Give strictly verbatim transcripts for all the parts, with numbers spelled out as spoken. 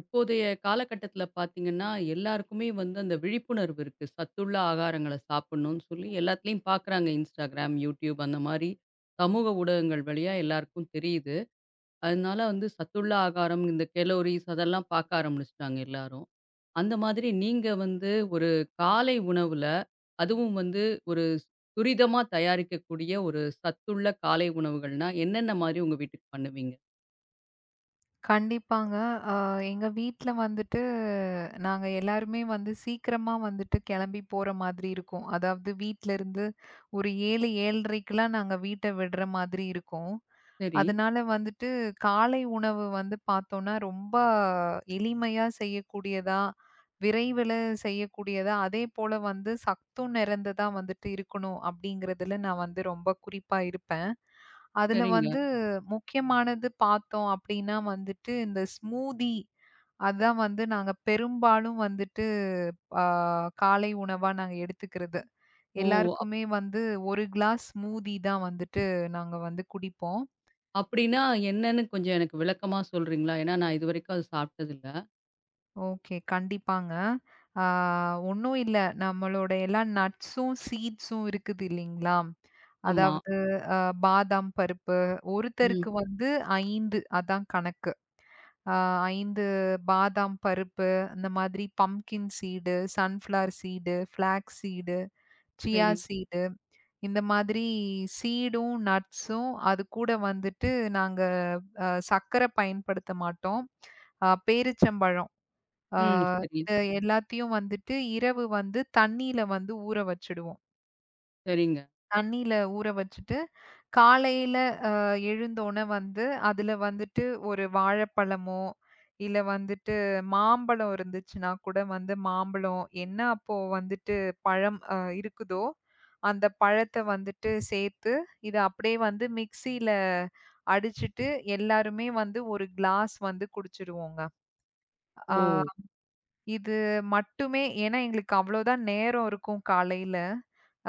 இப்போதைய காலகட்டத்தில பார்த்தீங்கன்னா, எல்லாருக்குமே வந்து அந்த விழிப்புணர்வு இருக்கு. சத்துள்ள ஆகாரங்கள சாப்பிடணும்னு சொல்லி எல்லாத்துலயும் பார்க்குறாங்க. Instagram, YouTube அந்த மாரி சமூக ஊடகங்கள் வழியா எல்லாருக்கும் தெரியுது. அதனால வந்து சத்துள்ள ஆகாரம், இந்த கலோரிஸ் அதெல்லாம் பார்க்க ஆரம்பிச்சுட்டாங்க எல்லாரும். அந்த மாதிரி நீங்க வந்து ஒரு காலை உணவுல, அதுவும் வந்து ஒரு துரிதமா தயாரிக்கக்கூடிய ஒரு சத்துள்ள காலை உணவுகள்னா, என்னென்ன மாரி உங்க வீட்டுக்கு பண்ணுவீங்க? கண்டிப்பாங்க. அ எங்க வீட்ல வந்துட்டு நாங்க எல்லாருமே வந்து சீக்கிரமா வந்துட்டு கிளம்பி போற மாதிரி இருக்கும். அதாவது வீட்லருந்து ஒரு ஏழு, 7:30க்கெல்லாம் நாங்க வீட்ட விடுற மாதிரி இருக்கும். சரி, அதனால வந்துட்டு காலை உணவு வந்து பார்த்தோம்னா, ரொம்ப எளிமையா செய்யக்கூடியதா, விரைவில செய்யக்கூடியதா, அதேபோல வந்து சத்தும் நிறைந்ததா வந்துட்டு இருக்கணும் அப்படிங்கிறதுல நான் வந்து ரொம்ப குறிப்பா இருப்பேன். அதுல சரிங்க. வந்து முக்கியமானது பார்த்தோம் அப்டின்னா வந்துட்டு, இந்த ஸ்மூதி அதான் வந்து நாங்க பெரும்பாலும் வந்துட்டு ஆ காலை உணவா நாங்க எடுத்துக்கிறது. ஓ! எல்லாருக்குமே வந்து ஒரு கிளாஸ் ஸ்மூதி தான் வந்துட்டு நாங்க வந்து குடிப்போம். அப்படின்னா என்னன்னு கொஞ்சம் எனக்கு விளக்கமா சொல்றீங்களா? ஏன்னா நான் இதுவரைக்கும் அது சாப்பிட்டதில்ல. ஓகே. கண்டிப்பாங்க. ஆ ஒண்ணும் இல்ல. நம்மளோட எல்லா நட்ஸும், சீட்ஸும் இருக்குது இல்லைங்களா? ஆமா. அதாவது அ பாதாம் பருப்பு, ம். ஒருத்தருக்கு வந்து ஐந்து அதான் கணக்கு. ஆ ஐந்து பாதாம் பருப்பு, அந்த மாதிரி pumpkin seed, sunflower seed, flax seed, chia சரி. சீடு, இந்த மாதிரி சீடும், நட்ஸும் அது கூட வந்துட்டு நாங்க அ சர்க்கரை பயன்படுத்த மாட்டோம். அ பேரிச்சம்பழம். ஆ ம். சரி. இத எல்லாத்தையும் வந்துட்டு இரவு வந்து தண்ணீல வந்து ஊற வச்சுடுவோம். சரிங்க. தண்ணீல ஊற வச்சுட்டு காலையில அ எழுந்தோன வந்து, அதுல வந்துட்டு ஒரு வாழைப்பழமோ, இல்ல வந்துட்டு மாம்பழம் இருந்துச்சுன்னா கூட வந்து மாம்பழம், என்ன அப்போ வந்துட்டு பழம் அ இருக்குதோ, அந்த பழத்த வந்துட்டு சேர்த்து, இத அப்படியே வந்து மிக்ஸியில அடிச்சுட்டு, எல்லாருமே வந்து ஒரு கிளாஸ் வந்து குடிச்சிருவோங்க. ஓ! ஆ இது மட்டுமே ஏன்னா எங்களுக்கு அவ்வளோதான் நேரம் இருக்கும் காலையில.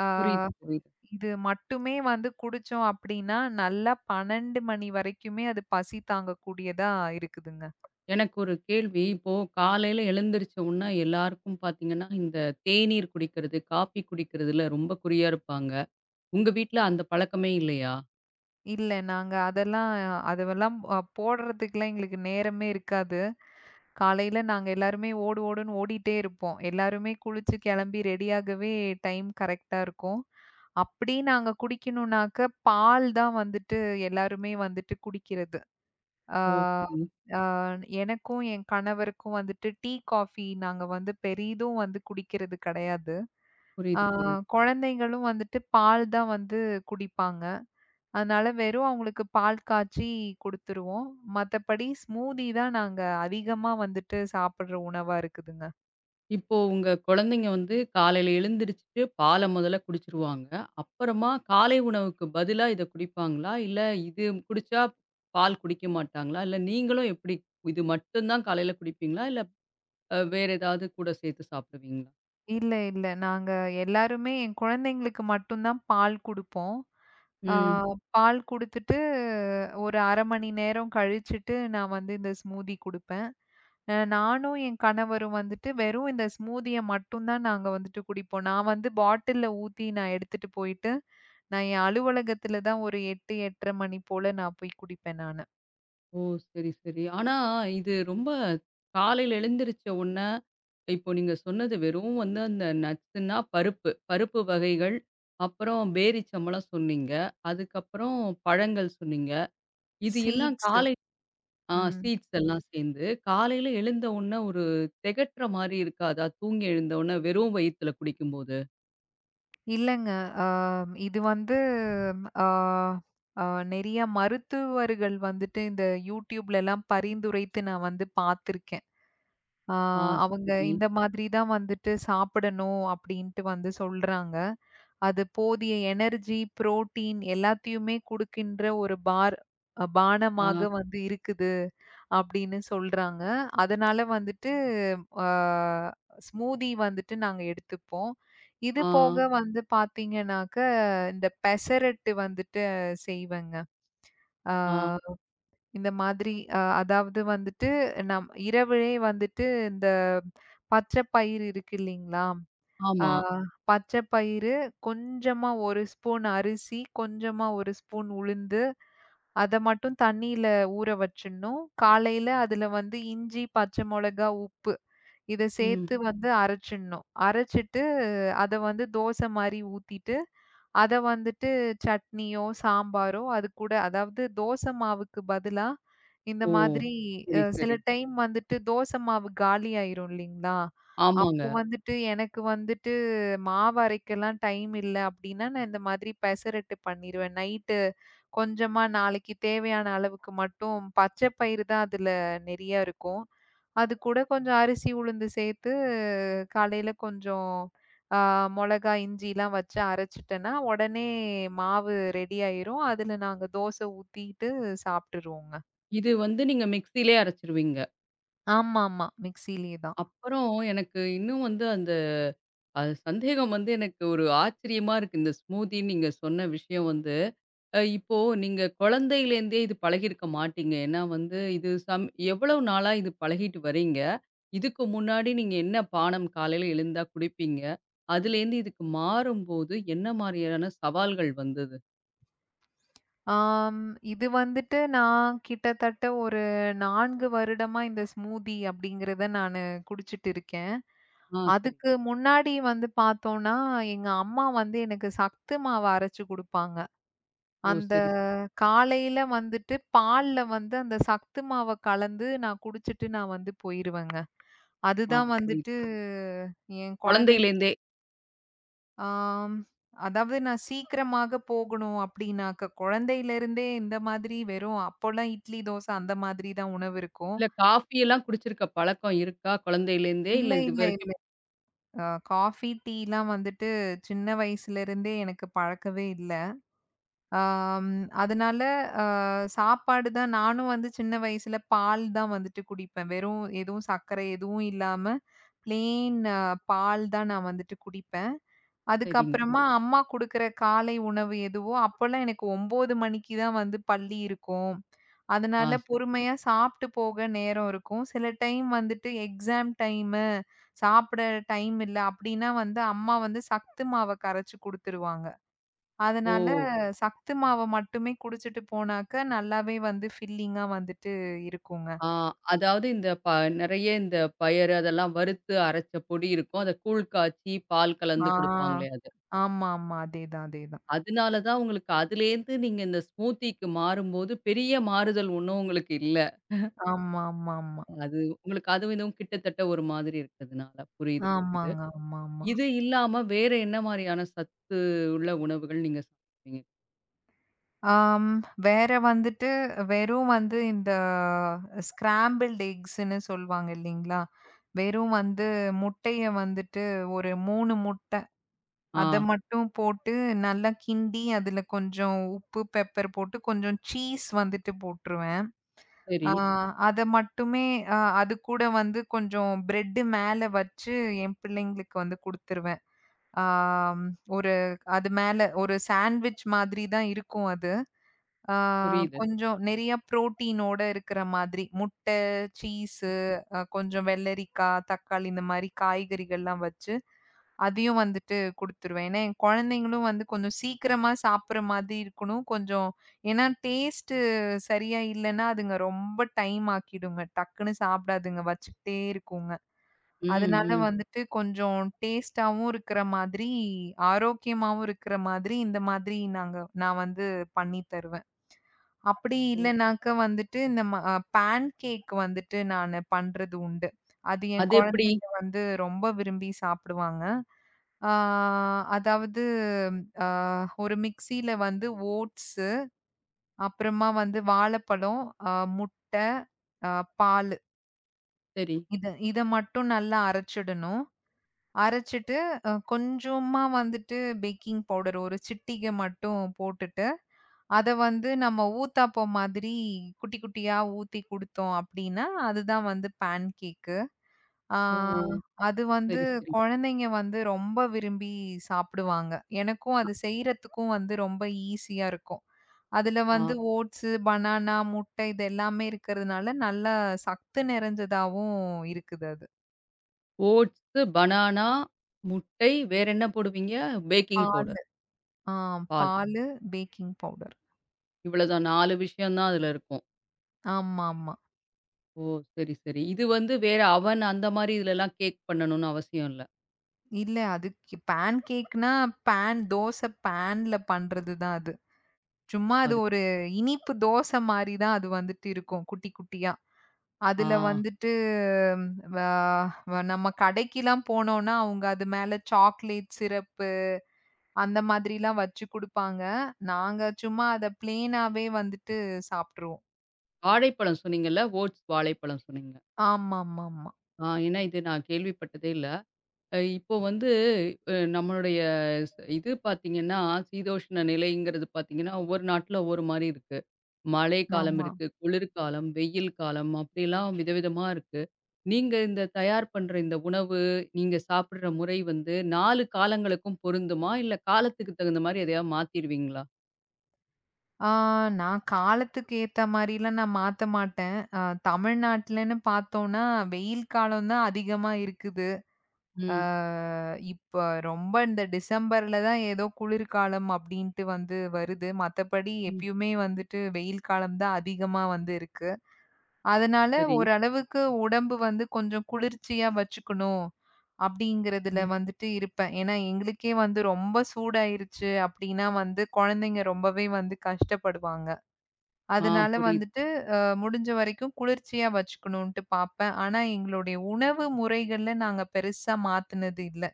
ஆ புரியுது, புரியுது. இது மட்டுமே வந்து குடிச்சோம் அப்டின்னா, நல்லா பன்னிரண்டு மணி வரைக்குமே அது பசி தாங்கக்கூடியதா இருக்குதுங்க. எனக்கு ஒரு கேள்வி. இப்போ காலையில எழுந்திரிச்ச உடனே எல்லாருக்கும் பார்த்தீங்கன்னா, இந்த தேநீர் குடிக்கிறது, காஃபி குடிக்கிறதுல ரொம்ப குறியா இருப்பாங்க. உங்க வீட்ல அந்த பழக்கமே இல்லையா? இல்ல நாங்க அதெல்லாம் அதவெல்லாம் அ போடுறதுக்குலாம் எங்களுக்கு நேரமே இருக்காது. காலையில நாங்க எல்லாருமே ஓடு ஓடுன்னு ஓடிட்டே இருப்போம். எல்லாருமே குளிச்சு கெளம்பி ரெடியாகவே டைம் கரெக்ட்டா இருக்கும். அப்படி நாங்க குடிக்கணும்னாக்க, பால் தான் வந்துட்டு எல்லாருமே வந்துட்டு குடிக்கிறது. ஆ, ஓ! சரிங்க. ஆ எனக்கும் என் கணவருக்கும் வந்துட்டு டீ, காஃபி நாங்க வந்து பெரிதும் வந்து குடிக்கிறது கிடையாது. ஆ புரியுது, புரியுது. குழந்தைங்களும் வந்துட்டு பால் தான் வந்து குடிப்பாங்க. அதனால வெறும் அவங்களுக்கு பால் காய்ச்சி குடுத்துருவோம். மத்தபடி ஸ்மூதி தான் நாங்க அதிகமா வந்துட்டு சாப்பிடுற உணவா இருக்குதுங்க. இப்போ உங்க குழந்தைங்க வந்து காலையில எழுந்திரிச்சுட்டு பாலை முதல்ல குடிச்சிருவாங்க. அப்புறமா காலை உணவுக்கு பதிலா இத குடிப்பாங்களா? இல்ல இது குடிச்சா பால் குடிக்க மாட்டாங்களா? இல்ல நீங்களும் எப்படி இது மட்டும் தான் காலையில குடிப்பீங்களா? இல்ல அ வேற ஏதாவது கூட சேர்த்து சாப்பிடுவீங்களா? இல்ல, இல்ல. நாங்க எல்லாருமே என் குழந்தைங்களுக்கு மட்டும் தான் பால் குடுப்போம். ஆ ம். பால் குடுத்துட்டு ஒரு அரை மணி நேரம் கழிச்சுட்டு நான் வந்து இந்த ஸ்மூதி குடுப்பேன். அ நானும் என் கணவரும் வந்துட்டு வெறும் இந்த ஸ்மூதிய மட்டும் தான் நாங்க வந்துட்டு குடிப்போம். நான் வந்து பாட்டில்ல ஊத்தி நான் எடுத்துட்டு போயிட்டு, நான் என் அலுவலகத்துல தான் ஒரு எட்டு, எட்டரை மணி போல நான் போய் குடிப்பேன் நானு. ஓ! சரி, சரி. ஆனா இது ரொம்ப காலையில எழுந்திரிச்ச உடனே இப்போ நீங்க சொன்னது வெறும் வந்து அந்த நட்ஸ்ன்னா பருப்பு, பருப்பு வகைகள், அப்புறம் பேரிச்சம்பழம் சொன்னீங்க. அதுக்கப்புறம் பழங்கள் சொன்னீங்க. இது எல்லாம் சீட்ஸு. காலை ஆ ம். சீட்ஸ் எல்லாம் சேர்ந்து, காலையில எழுந்த உடனே ஒரு திகட்டுற மாரி இருக்காதா? தூங்கி எழுந்த உடனே வெறும் வயித்துல குடிக்கும்போது. இல்லங்க. அ இது வந்து அ அ நெறைய மருத்துவர்கள் வந்துட்டு இந்த YouTubeலலாம் பரிந்துரைத்து நான் வந்து பார்த்துருக்கேன். அ ஆ அவங்க சரி. இந்த மாதிரி தான் வந்துட்டு சாப்பிடணும் அப்படின்ட்டு வந்து சொல்றாங்க. அது போதிய எனர்ஜி, புரோட்டீன் எல்லாத்தையுமே குடுக்கின்ற ஒரு பார் அ பானமாக ஆ, வந்து இருக்குது அப்படின்னு சொல்றாங்க. அதனால வந்துட்டு அ ஸ்மூதி வந்துட்டு நாங்க எடுத்துப்போம். இது ஆ, போக வந்து பார்த்தீங்கன்னாக்க, இந்த பெசரட்டு வந்துட்டு செய்வேங்க. ஆ ஆ, இந்த மாதிரி அ அதாவது வந்துட்டு நம் இரவிலே வந்துட்டு இந்த பச்சை பயிறு இருக்கு இல்லீங்களா? ஆ ஆமா. பச்சை பயிறு, கொஞ்சமா ஒரு ஸ்பூன் அரிசி, கொஞ்சமா ஒரு ஸ்பூன் உளுந்து, அத மட்டும் தண்ணீல ஊற வச்சுடணும். காலையில அதுல வந்து இஞ்சி, பச்சை மொளகா, உப்பு இத ம். சேர்த்து வந்து அரைச்சிடணும். அரைச்சிட்டு அத வந்து தோசை மாரி ஊத்திட்டு, அத வந்துட்டு சட்னியோ, சாம்பாரோ அது கூட அதாவது தோசை மாவுக்கு பதிலா இந்த ஓ! மாதிரி அ சரி, சில சரி. டைம் வந்துட்டு தோசை மாவு காலி ஆயிரும் இல்லைங்களா? அப்போ ஆமாங்க. வந்துட்டு எனக்கு வந்துட்டு மாவு அரைக்கலாம் டைம் இல்ல அப்டின்னா, நான் இந்த மாதிரி பெசரட்டு பண்ணிருவேன். நைட்டு கொஞ்சமா நாளைக்கு தேவையான அளவுக்கு மட்டும் பச்சை பயிறு தான் அதுல நெறைய இருக்கும். அது கூட கொஞ்சம் அரிசி, உளுந்து சேர்த்து காலையில கொஞ்சம் ஆ மொளகா, இஞ்சிலாம் வச்சு அரைச்சுட்டேன்னா, உடனே மாவு ரெடி ஆயிரும். அதுல நாங்க தோசை ஊத்திட்டு சாப்ட்டுருவோங்க. இது வந்து நீங்க மிக்ஸியிலயே அரைச்சுருவீங்க. ஆமாமா. மிக்ஸிலயே தான். அப்புறம் எனக்கு இன்னும் வந்து அந்த அது சந்தேகம் வந்து எனக்கு ஒரு ஆச்சரியமா இருக்கு. இந்த ஸ்மூதின்னு நீங்க சொன்ன விஷயம் வந்து. அ இப்போ நீங்க குழந்தையிலேருந்தே இது பழகியிருக்க மாட்டீங்க. ஏன்னா வந்து இது சம் எவ்வளவு நாளா இது பழகிட்டு வரீங்க? இதுக்கு முன்னாடி நீங்க என்ன பானம் காலையில எழுந்தா குடிப்பீங்க? அதுலேருந்து இதுக்கு மாறும்போது என்ன மாரியான சவால்கள் வந்தது? ஆம், இது வந்துட்டு நான் கிட்டத்தட்ட ஒரு நான்கு வருடமா இந்த ஸ்மூதி அப்படிங்கிறத நானு குடிச்சிட்டு இருக்கேன். ஆ சரி. அதுக்கு முன்னாடி வந்து பார்த்தோம்னா, எங்க அம்மா வந்து எனக்கு சத்து மாவு அரைச்சு குடுப்பாங்க. ஓ! அந்த சரி, சரி. காலையில வந்துட்டு பால்ல வந்து அந்த சத்து மாவ கலந்து நான் குடிச்சிட்டு நான் வந்து போயிருவேங்க. ஆ அதுதான் வந்துட்டு புரியுது. என் குழந்தைங்க. குழந்தையிலேருந்தே. ஆம். அதாவது நான் சீக்கிரமாக போகணும் அப்படின்னாக்க, குழந்தையிலிருந்தே இந்த மாதிரி வெறும் அப்போலாம் இட்லி, தோசை அந்த மாதிரி தான் உணவு இருக்கும். இல்ல காஃபி எல்லாம் குடிச்சிருக்க பழக்கம் இருக்கா குழந்தையிலேருந்தே? இல்ல, இல்ல இல்ல, இல்ல. இதுவரைக்கும் அ காஃபி, டீலாம் வந்துட்டு சின்ன வயசுலருந்தே எனக்கு பழக்கவே இல்ல. ஆம். அதனால அ சாப்பாடு தான் நானும் வந்து சின்ன வயசுல பால் தான் வந்துட்டு குடிப்பேன். வெறும் எதுவும் சர்க்கரை எதுவும் இல்லாம, பிளெயின் பால் தான் நான் வந்துட்டு குடிப்பேன். சரிங்க. அதுக்கப்புறமா அம்மா குடுக்குற காலை உணவு எதுவோ, அப்போலாம் எனக்கு ஒன்பது மணிக்கு தான் வந்து பள்ளி இருக்கும். ஆ அதனால சரி. பொறுமையா சாப்ட்டு போக நேரம் இருக்கும். சில டைம் வந்துட்டு எக்ஸாம் டைமு, சாப்பிட டைம் இல்ல அப்டின்னா வந்து அம்மா வந்து சத்து மாவ கரைச்சு குடுத்துருவாங்க. ஓ! அதனால சத்து மாவ மட்டுமே குடிச்சிட்டு போனாக்க நல்லாவே வந்து ஃபில்லிங்கா வந்துட்டு இருக்குங்க. ஆ அதாவது இந்த ப நெறைய இந்த பயறு அதெல்லாம் வறுத்து அரைச்ச பொடி இருக்கும். அத கூழ் காய்ச்சி, பால் கலந்து ஆ. குடுப்பாங்களே அது. ஆமாமா. அதேதான், அதேதான். அதனால தான் உங்களுக்கு அதுலேருந்து நீங்க இந்த ஸ்மூத்திக்கு மாறும்போது, பெரிய மாறுதல் ஒண்ணும் உங்களுக்கு இல்ல. ஆமா, ஆமா, ஆமா. அது உங்களுக்கு அதுவும் இதுவும் கிட்டத்தட்ட ஒரு மாதிரி இருக்கிறதுனால. புரியுது, புரியுது. ஆமாங்க. ஆமாமா. இது இல்லாம வேற என்ன மாரியான சத்து உள்ள உணவுகள் நீங்க சாப்பிடுவீங்க? ஆம், வேற வந்துட்டு வெறும் வந்து இந்த ஸ்கிராம்பிள்டு எக்ஸ்ன்னு சொல்லுவாங்க இல்லீங்களா? வெறும் வந்து முட்டைய வந்துட்டு ஒரு மூணு முட்டை, ஆ அத மட்டும் போட்டு நல்லா கிண்டி அதுல கொஞ்சம் உப்பு, பெப்பர் போட்டு கொஞ்சம் சீஸ் வந்துட்டு போட்டுருவேன். ஆ சரி. அத மட்டுமே அ அது கூட வந்து கொஞ்சம் பிரெட்டு மேல வச்சு என் பிள்ளைங்களுக்கு வந்து குடுத்துருவேன். ஆம், ஒரு அது மேல ஒரு சாண்ட்விச் மாதிரி தான் இருக்கும் அது. ஆ புரியுது. கொஞ்சம் நெறைய புரோட்டீனோட இருக்கிற மாதிரி. முட்டை, சீஸு, அ கொஞ்சம் வெள்ளரிக்காய், தக்காளி இந்த மாரி காய்கறிகள்லாம் வச்சு, அதையும் வந்துட்டு குடுத்துருவேன். ஏன்னா, என் குழந்தைங்களும் வந்து கொஞ்சம் சீக்கிரமா சாப்பிடுற மாதிரி இருக்கணும். கொஞ்சம் ஏன்னா டேஸ்ட்டு சரியா இல்லன்னா, அதுங்க ரொம்ப டைம் ஆக்கிடுங்க. டக்குன்னு சாப்பிடாதுங்க. வச்சுக்கிட்டே இருக்குங்க. ம், அதனால ம். வந்துட்டு கொஞ்சம் டேஸ்ட்டாவும் இருக்கிற மாதிரி, ஆரோக்கியமாவும் இருக்கிற மாதிரி, இந்த மாதிரி நாங்க நான் வந்து பண்ணி தருவேன். அப்படி ஓ! இல்லனாக்க வந்துட்டு இந்த ம அ பேன் கேக் வந்துட்டு நானு பண்றது உண்டு. அது என் அது எப்படி? குழந்தைங்க வந்து ரொம்ப விரும்பி சாப்பிடுவாங்க. ஆ அதாவது அ ஒரு மிக்ஸியில வந்து ஓட்ஸு, அப்புறமா வந்து வாழைப்பழம், அ முட்டை, அ பாலு. சரி. இத இத மட்டும் நல்லா அரைச்சிடணும். அரைச்சுட்டு, அ கொஞ்சமா வந்துட்டு பேக்கிங் பவுடர் ஒரு சிட்டிகை மட்டும் போட்டுட்டு, அத வந்து நம்ம ஊத்தாப்பம் மாதிரி குட்டி குட்டியா ஊத்தி குடுத்தோம் அப்டின்னா, அதுதான் வந்து பேன் கேக்கு. ஆ ஓ! அது வந்து சரி, சரி. குழந்தைங்க வந்து ரொம்ப விரும்பி சாப்பிடுவாங்க. எனக்கும் அது செய்றதுக்கும் வந்து ரொம்ப ஈஸியா இருக்கும். அதுல ஆ. வந்து ஓட்ஸு, பனானா, முட்டை இது எல்லாமே இருக்கிறதுனால நல்லா சத்து நிறைஞ்சதாவும் இருக்குது அது. ஓட்ஸு, பனானா, முட்டை, வேற என்ன போடுவீங்க? பேக்கிங் பாலு பவுடர், ஆ பால். பாலு, பேக்கிங் பவுடர். இவ்வளதான் நாலு விஷயம் தான் அதுல இருக்கும். ஆமாமா. ஓ! சரி, சரி. இது வந்து வேற அவன் அந்த மாரி இதுலலாம் கேக் பண்ணணும்னு அவசியம் இல்ல. இல்ல அதுக்கு பான் கேக்னா, பான் தோசை பான்ல பண்றது தான் அது. சும்மா அது அது ஒரு இனிப்பு தோசை மாரி தான் அது வந்துட்டு இருக்கும், குட்டி குட்டியா. ஆ அதுல வந்துட்டு ம், வ வ நம்ம கடைக்கெல்லாம் போனோம்னா, அவங்க அது மேல சாக்லேட் சிரப்பு அந்த மாதிரிலாம் வச்சு குடுப்பாங்க. நாங்க சும்மா அத பிளெயினாவே வந்துட்டு சாப்ட்டுருவோம். வாழைப்பழம் சொன்னீங்கல்ல? ஓட்ஸ் வாழைப்பழம் சொன்னீங்க. ஆமாமாமா. ஆமா. ஆ ஏன்னா இது நான் கேள்விப்பட்டதே இல்ல. அ இப்போ வந்து அ நம்மளுடைய ஸ் இது பார்த்தீங்கன்னா, சீதோஷ்ண நிலைங்கிறது பார்த்தீங்கன்னா, ஒவ்வொரு நாட்ல ஒவ்வொரு மாரி இருக்கு. மழை ஆமா, காலம் ஆமா, இருக்கு, குளிர்காலம், வெயில் காலம் அப்படிலாம் விதவிதமா இருக்கு. நீங்க இந்த தயார் பண்ற இந்த உணவு, நீங்க சாப்பிடுற முறை வந்து நாலு காலங்களுக்கும் பொருந்துமா? இல்ல காலத்துக்கு தகுந்த மாரி எதையாவது மாத்திருவீங்களா? ஆ நான் காலத்துக்கு ஏத்த மாரிலாம் நான் மாத்த மாட்டேன். அ தமிழ்நாட்டுலன்னு பார்த்தோம்னா, வெயில் காலம் தான் அதிகமா இருக்குது. அ ம். இப்ப ரொம்ப இந்த டிசம்பர்ல தான் ஏதோ குளிர்காலம் அப்டின்ட்டு வந்து வருது. மத்தபடி ம். எப்பயுமே வந்துட்டு வெயில் காலம் தான் அதிகமா வந்து இருக்கு. அதனால சரி. ஓரளவுக்கு உடம்பு வந்து கொஞ்சம் குளிர்ச்சியா வச்சுக்கணும். அப்டிங்கிறதுல ம். வந்துட்டு இருப்பேன். ஏன்னா எங்களுக்கே வந்து ரொம்ப சூடாயிருச்சு அப்டின்னா வந்து குழந்தைங்க ரொம்பவே வந்து கஷ்டப்படுவாங்க. ஆ அதனால புரியுது. வந்துட்டு அ முடிஞ்ச வரைக்கும் குளிர்ச்சியா வச்சுக்கணுன்ட்டு பாப்பேன். ஆனா எங்களுடைய உணவு முறைகள்ல நாங்க பெருசா மாத்துனது இல்ல.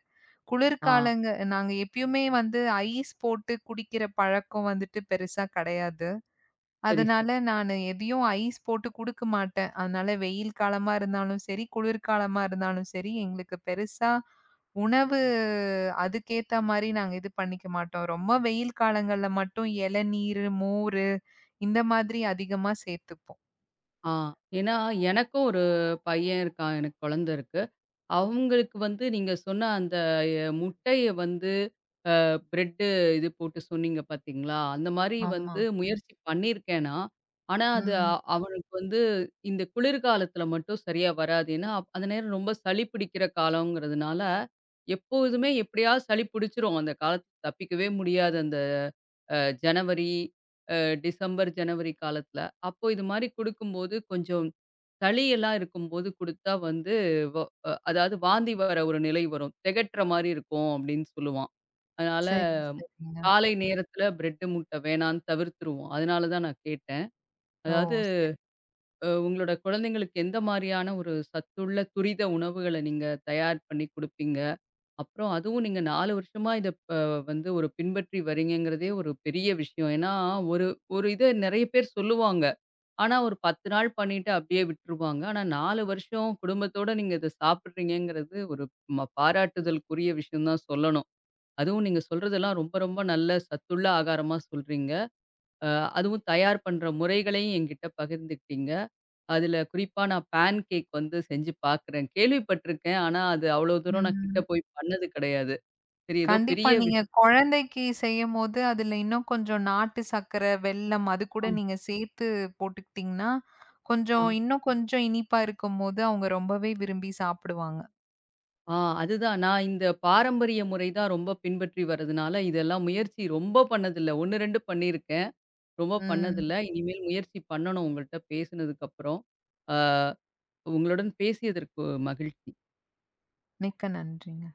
ஆ குளிர்காலங்க நாங்க எப்பயுமே வந்து ஐஸ் போட்டு குடிக்கிற பழக்கம் வந்துட்டு பெருசா கிடையாது. சரி, அதனால சரி. நானு எதையும் ஐஸ் போட்டு குடுக்க மாட்டேன். அதனால வெயில் காலமா இருந்தாலும் சரி, குளிர்காலமா இருந்தாலும் சரி, எங்களுக்கு பெருசா உணவு அதுக்கேத்த மாரி நாங்க இது பண்ணிக்க மாட்டோம். ரொம்ப வெயில் காலங்கள்ல மட்டும் இளநீரு, மோரு இந்த மாதிரி அதிகமா சேர்த்துப்போம். ஆ ஏன்னா எனக்கும் ஒரு பையன் இருக்கான். எனக்கு குழந்த இருக்கு. அவங்களுக்கு வந்து நீங்க சொன்ன அந்த அ முட்டைய வந்து அ பிரெட்டு இது போட்டு சொன்னீங்க பார்த்தீங்களா? அந்த மாரி ஆமா. வந்து முயற்சி பண்ணியிருக்கேன் நான். ஆனா அது ம். அ- அவனுக்கு வந்து இந்த குளிர்காலத்தில மட்டும் சரியா வராது. ஏன்னா, அப்- அந்த நேரம் ரொம்ப சளி பிடிக்கிற காலங்கிறதுனால, எப்போதுமே எப்படியாவது சளி பிடிச்சிரும். அந்த காலத்தில தப்பிக்கவே முடியாது அந்த அ ஜனவரி, அ டிசம்பர், ஜனவரி காலத்துல. அப்போ இது மாரி குடுக்கும்போது கொஞ்சம் சளியெல்லாம் இருக்கும்போது குடுத்தா வந்து வ அ அதாவது வாந்தி வர ஒரு நிலை வரும். திகட்டுற மாரி இருக்கும் அப்படின்னு சொல்லுவான். அதனால சரி, சரிங்க. காலை நேரத்துல பிரெட் முட்டை வேணான்னு தவிர்த்துருவோம். அதனால தான் நான் கேட்டேன். ஓ! அதாவது சரி. அ உங்களோட குழந்தைங்களுக்கு எந்த மாரியான ஒரு சத்துள்ள துரித உணவுகள நீங்க தயார் பண்ணி குடுப்பீங்க? அப்புறம் அதுவும் நீங்க நான்கு வருஷமா இத ப வந்து ஒரு பின்பற்றி வரீங்கங்கிறதே ஒரு பெரிய விஷயம். ஏன்னா, ஒரு ஒரு இத நெறைய பேர் சொல்லுவாங்க. ஆனா, ஒரு பத்து நாள் பண்ணிட்டு அப்படியே விட்டுருவாங்க. ஆனா, நாலு வருஷம் குடும்பத்தோட நீங்க இத சாப்பிடுறீங்கங்கிறது ஒரு ம பாராட்டுதலுக்குரிய விஷயம் தான் சொல்லணும். அதுவும் நீங்க சொல்றதெல்லாம் ரொம்ப ரொம்ப நல்ல சத்துள்ள ஆகாரமா சொல்றீங்க. அ அதுவும் தயார் பண்ற முறைகளையும் என்கிட்ட பகிர்ந்துக்கிட்டீங்க. அதுல குறிப்பா நான் பேன் கேக் வந்து செஞ்சு பார்க்குறேன். கேள்விப்பட்டுருக்கேன். ஆனா, அது அவ்வளோ தூரம் நான் கிட்ட ம். போய் பண்ணது கிடையாது. சரி. ஏதோ கண்டிப்பா பெரிய நீங்க விஷயம். குழந்தைக்கு செய்யும்போது, அதுல இன்னும் கொஞ்சம் நாட்டு சர்க்கரை, வெல்லம் அது கூட நீங்க சேர்த்து போட்டுக்கிட்டீங்கன்னா, ஆ, கொஞ்சம் இன்னும் கொஞ்சம் இனிப்பா இருக்கும்போது, அவங்க ரொம்பவே விரும்பி சாப்பிடுவாங்க. ஆ, அதுதான். நான் இந்த பாரம்பரிய முறை தான் ரொம்ப பின்பற்றி வரதுனால, இதெல்லாம் முயற்சி ரொம்ப பண்ணதில்ல. ஒன்று, ரெண்டு பண்ணியிருக்கேன். ரொம்ப ம். பண்ணதில்ல. இனிமேல் முயற்சி பண்ணணும் உங்கள்ட்ட பேசினதுக்கு அப்புறம். ஆ, உங்களுடன் பேசியதற்கு மகிழ்ச்சி. மிக்க நன்றிங்க.